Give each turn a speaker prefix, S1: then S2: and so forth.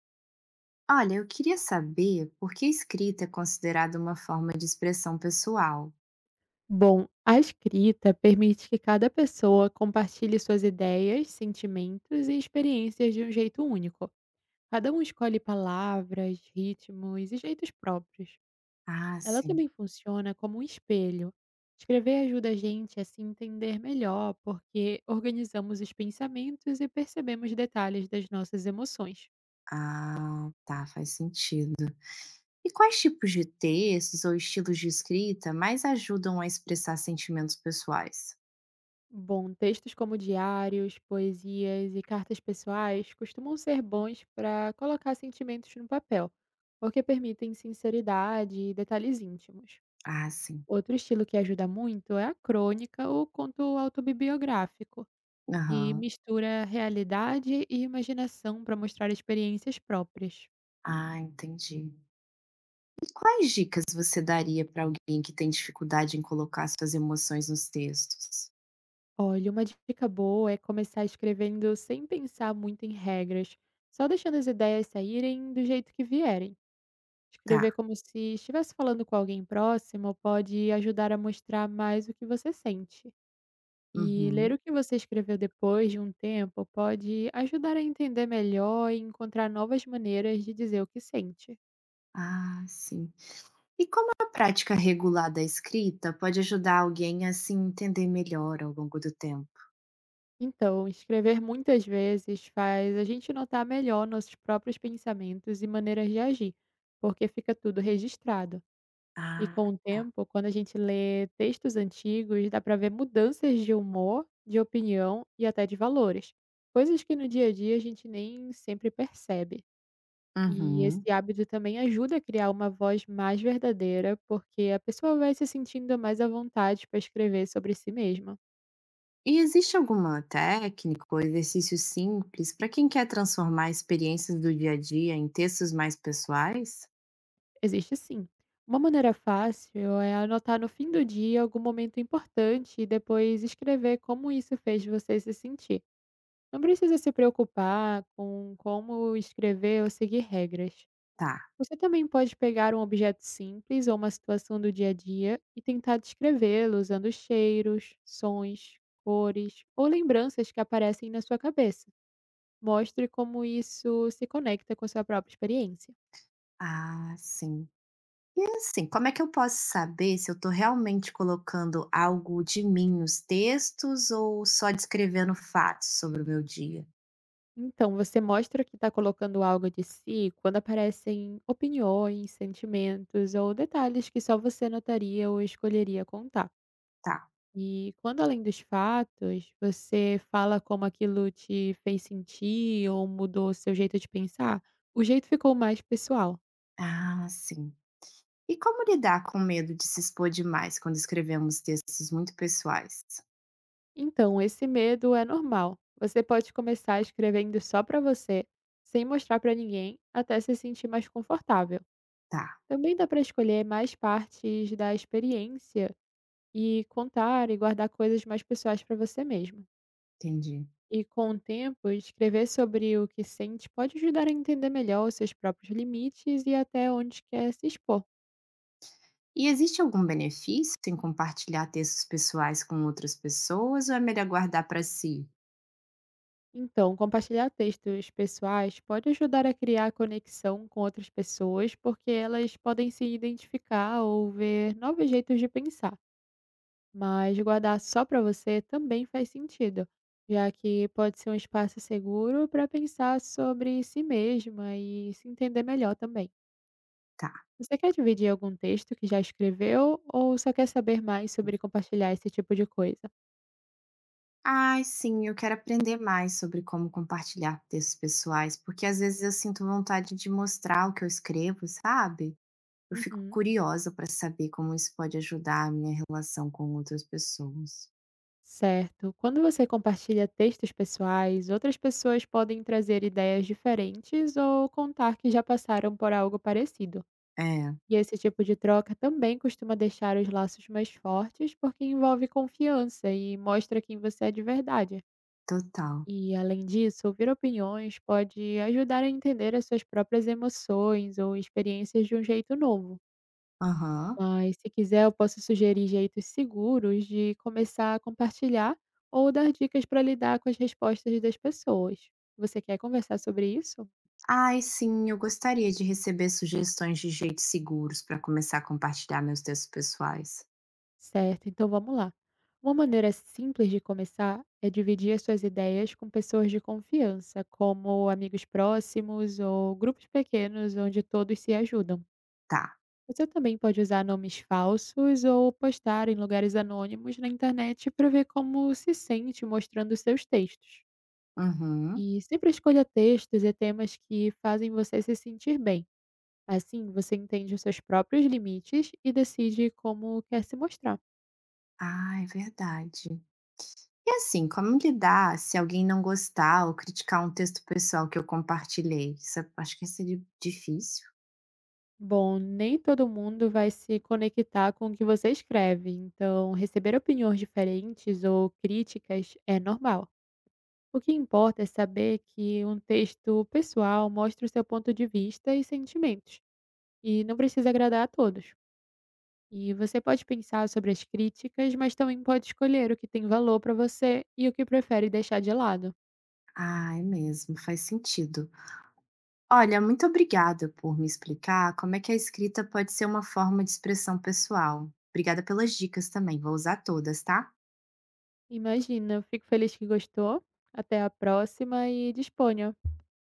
S1: Olha, eu queria saber por que a escrita é considerada uma forma de expressão pessoal.
S2: Bom, a escrita permite que cada pessoa compartilhe suas ideias, sentimentos e experiências de um jeito único. Cada um escolhe palavras, ritmos e jeitos próprios.
S1: Ah,
S2: Ela
S1: sim.
S2: também funciona como um espelho. Escrever ajuda a gente a se entender melhor, porque organizamos os pensamentos e percebemos detalhes das nossas emoções.
S1: Ah, tá, faz sentido. E quais tipos de textos ou estilos de escrita mais ajudam a expressar sentimentos pessoais?
S2: Bom, textos como diários, poesias e cartas pessoais costumam ser bons para colocar sentimentos no papel, porque permitem sinceridade e detalhes íntimos.
S1: Ah, sim.
S2: Outro estilo que ajuda muito é a crônica ou conto autobiográfico, que
S1: Aham.
S2: mistura realidade e imaginação para mostrar experiências próprias.
S1: Ah, entendi. E quais dicas você daria para alguém que tem dificuldade em colocar suas emoções nos textos?
S2: Olha, uma dica boa é começar escrevendo sem pensar muito em regras, só deixando as ideias saírem do jeito que vierem. Escrever
S1: Tá.
S2: como se estivesse falando com alguém próximo pode ajudar a mostrar mais o que você sente. E ler
S1: Uhum.
S2: o que você escreveu depois de um tempo pode ajudar a entender melhor e encontrar novas maneiras de dizer o que sente.
S1: Ah, sim. E como a prática regular da escrita pode ajudar alguém a se entender melhor ao longo do tempo?
S2: Então, escrever muitas vezes faz a gente notar melhor nossos próprios pensamentos e maneiras de agir, porque fica tudo registrado. E
S1: Ah,
S2: com o
S1: tá.
S2: tempo, quando a gente lê textos antigos, dá para ver mudanças de humor, de opinião e até de valores, coisas que no dia a dia a gente nem sempre percebe. E
S1: Uhum.
S2: esse hábito também ajuda a criar uma voz mais verdadeira, porque a pessoa vai se sentindo mais à vontade para escrever sobre si mesma.
S1: E existe alguma técnica ou exercício simples para quem quer transformar experiências do dia a dia em textos mais pessoais?
S2: Existe sim. Uma maneira fácil é anotar no fim do dia algum momento importante e depois escrever como isso fez você se sentir. Não precisa se preocupar com como escrever ou seguir regras.
S1: Tá.
S2: Você também pode pegar um objeto simples ou uma situação do dia a dia e tentar descrevê-lo usando cheiros, sons, cores ou lembranças que aparecem na sua cabeça. Mostre como isso se conecta com sua própria experiência.
S1: Ah, sim. E assim, como é que eu posso saber se eu estou realmente colocando algo de mim nos textos ou só descrevendo fatos sobre o meu dia?
S2: Então, você mostra que está colocando algo de si quando aparecem opiniões, sentimentos ou detalhes que só você notaria ou escolheria contar.
S1: Tá.
S2: E quando além dos fatos, você fala como aquilo te fez sentir ou mudou seu jeito de pensar, o jeito ficou mais pessoal.
S1: Ah, sim. E como lidar com medo de se expor demais quando escrevemos textos muito pessoais?
S2: Então, esse medo é normal. Você pode começar escrevendo só pra você, sem mostrar pra ninguém, até se sentir mais confortável.
S1: Tá,
S2: Também dá pra escolher mais partes da experiência e contar e guardar coisas mais pessoais pra você mesmo.
S1: entendi.
S2: E com o tempo, escrever sobre o que sente pode ajudar a entender melhor os seus próprios limites e até onde quer se expor.
S1: E existe algum benefício em compartilhar textos pessoais com outras pessoas ou é melhor guardar para si?
S2: Então, compartilhar textos pessoais pode ajudar a criar conexão com outras pessoas, porque elas podem se identificar ou ver novos jeitos de pensar. Mas guardar só para você também faz sentido, já que pode ser um espaço seguro para pensar sobre si mesma e se entender melhor também.
S1: Tá.
S2: Você quer dividir algum texto que já escreveu ou só quer saber mais sobre compartilhar esse tipo de coisa?
S1: Ai, sim, eu quero aprender mais sobre como compartilhar textos pessoais, porque às vezes eu sinto vontade de mostrar o que eu escrevo, sabe? Eu fico
S2: Uhum.
S1: curiosa para saber como isso pode ajudar a minha relação com outras pessoas.
S2: Certo. Quando você compartilha textos pessoais, outras pessoas podem trazer ideias diferentes ou contar que já passaram por algo parecido.
S1: É,
S2: E esse tipo de troca também costuma deixar os laços mais fortes porque envolve confiança e mostra quem você é de verdade.
S1: total.
S2: E, além disso, ouvir opiniões pode ajudar a entender as suas próprias emoções ou experiências de um jeito novo.
S1: Aham.
S2: Mas se quiser, eu posso sugerir jeitos seguros de começar a compartilhar ou dar dicas para lidar com as respostas das pessoas. Você quer conversar sobre isso?
S1: Ai, sim, eu gostaria de receber sugestões de jeitos seguros para começar a compartilhar meus textos pessoais.
S2: Certo, então vamos lá. Uma maneira simples de começar é dividir as suas ideias com pessoas de confiança, como amigos próximos ou grupos pequenos onde todos se ajudam.
S1: Tá.
S2: Você também pode usar nomes falsos ou postar em lugares anônimos na internet para ver como se sente mostrando seus textos.
S1: Uhum.
S2: E sempre escolha textos e temas que fazem você se sentir bem. Assim, você entende os seus próprios limites e decide como quer se mostrar.
S1: Ah, é verdade. E assim, como lidar se alguém não gostar ou criticar um texto pessoal que eu compartilhei? Isso, eu acho que seria difícil.
S2: Bom, nem todo mundo vai se conectar com o que você escreve, então receber opiniões diferentes ou críticas é normal. O que importa é saber que um texto pessoal mostra o seu ponto de vista e sentimentos, e não precisa agradar a todos. E você pode pensar sobre as críticas, mas também pode escolher o que tem valor para você e o que prefere deixar de lado.
S1: Ah, é mesmo, faz sentido. Olha, muito obrigada por me explicar como é que a escrita pode ser uma forma de expressão pessoal. Obrigada pelas dicas também, vou usar todas, tá?
S2: Imagina, eu fico feliz que gostou. Até a próxima e disponha.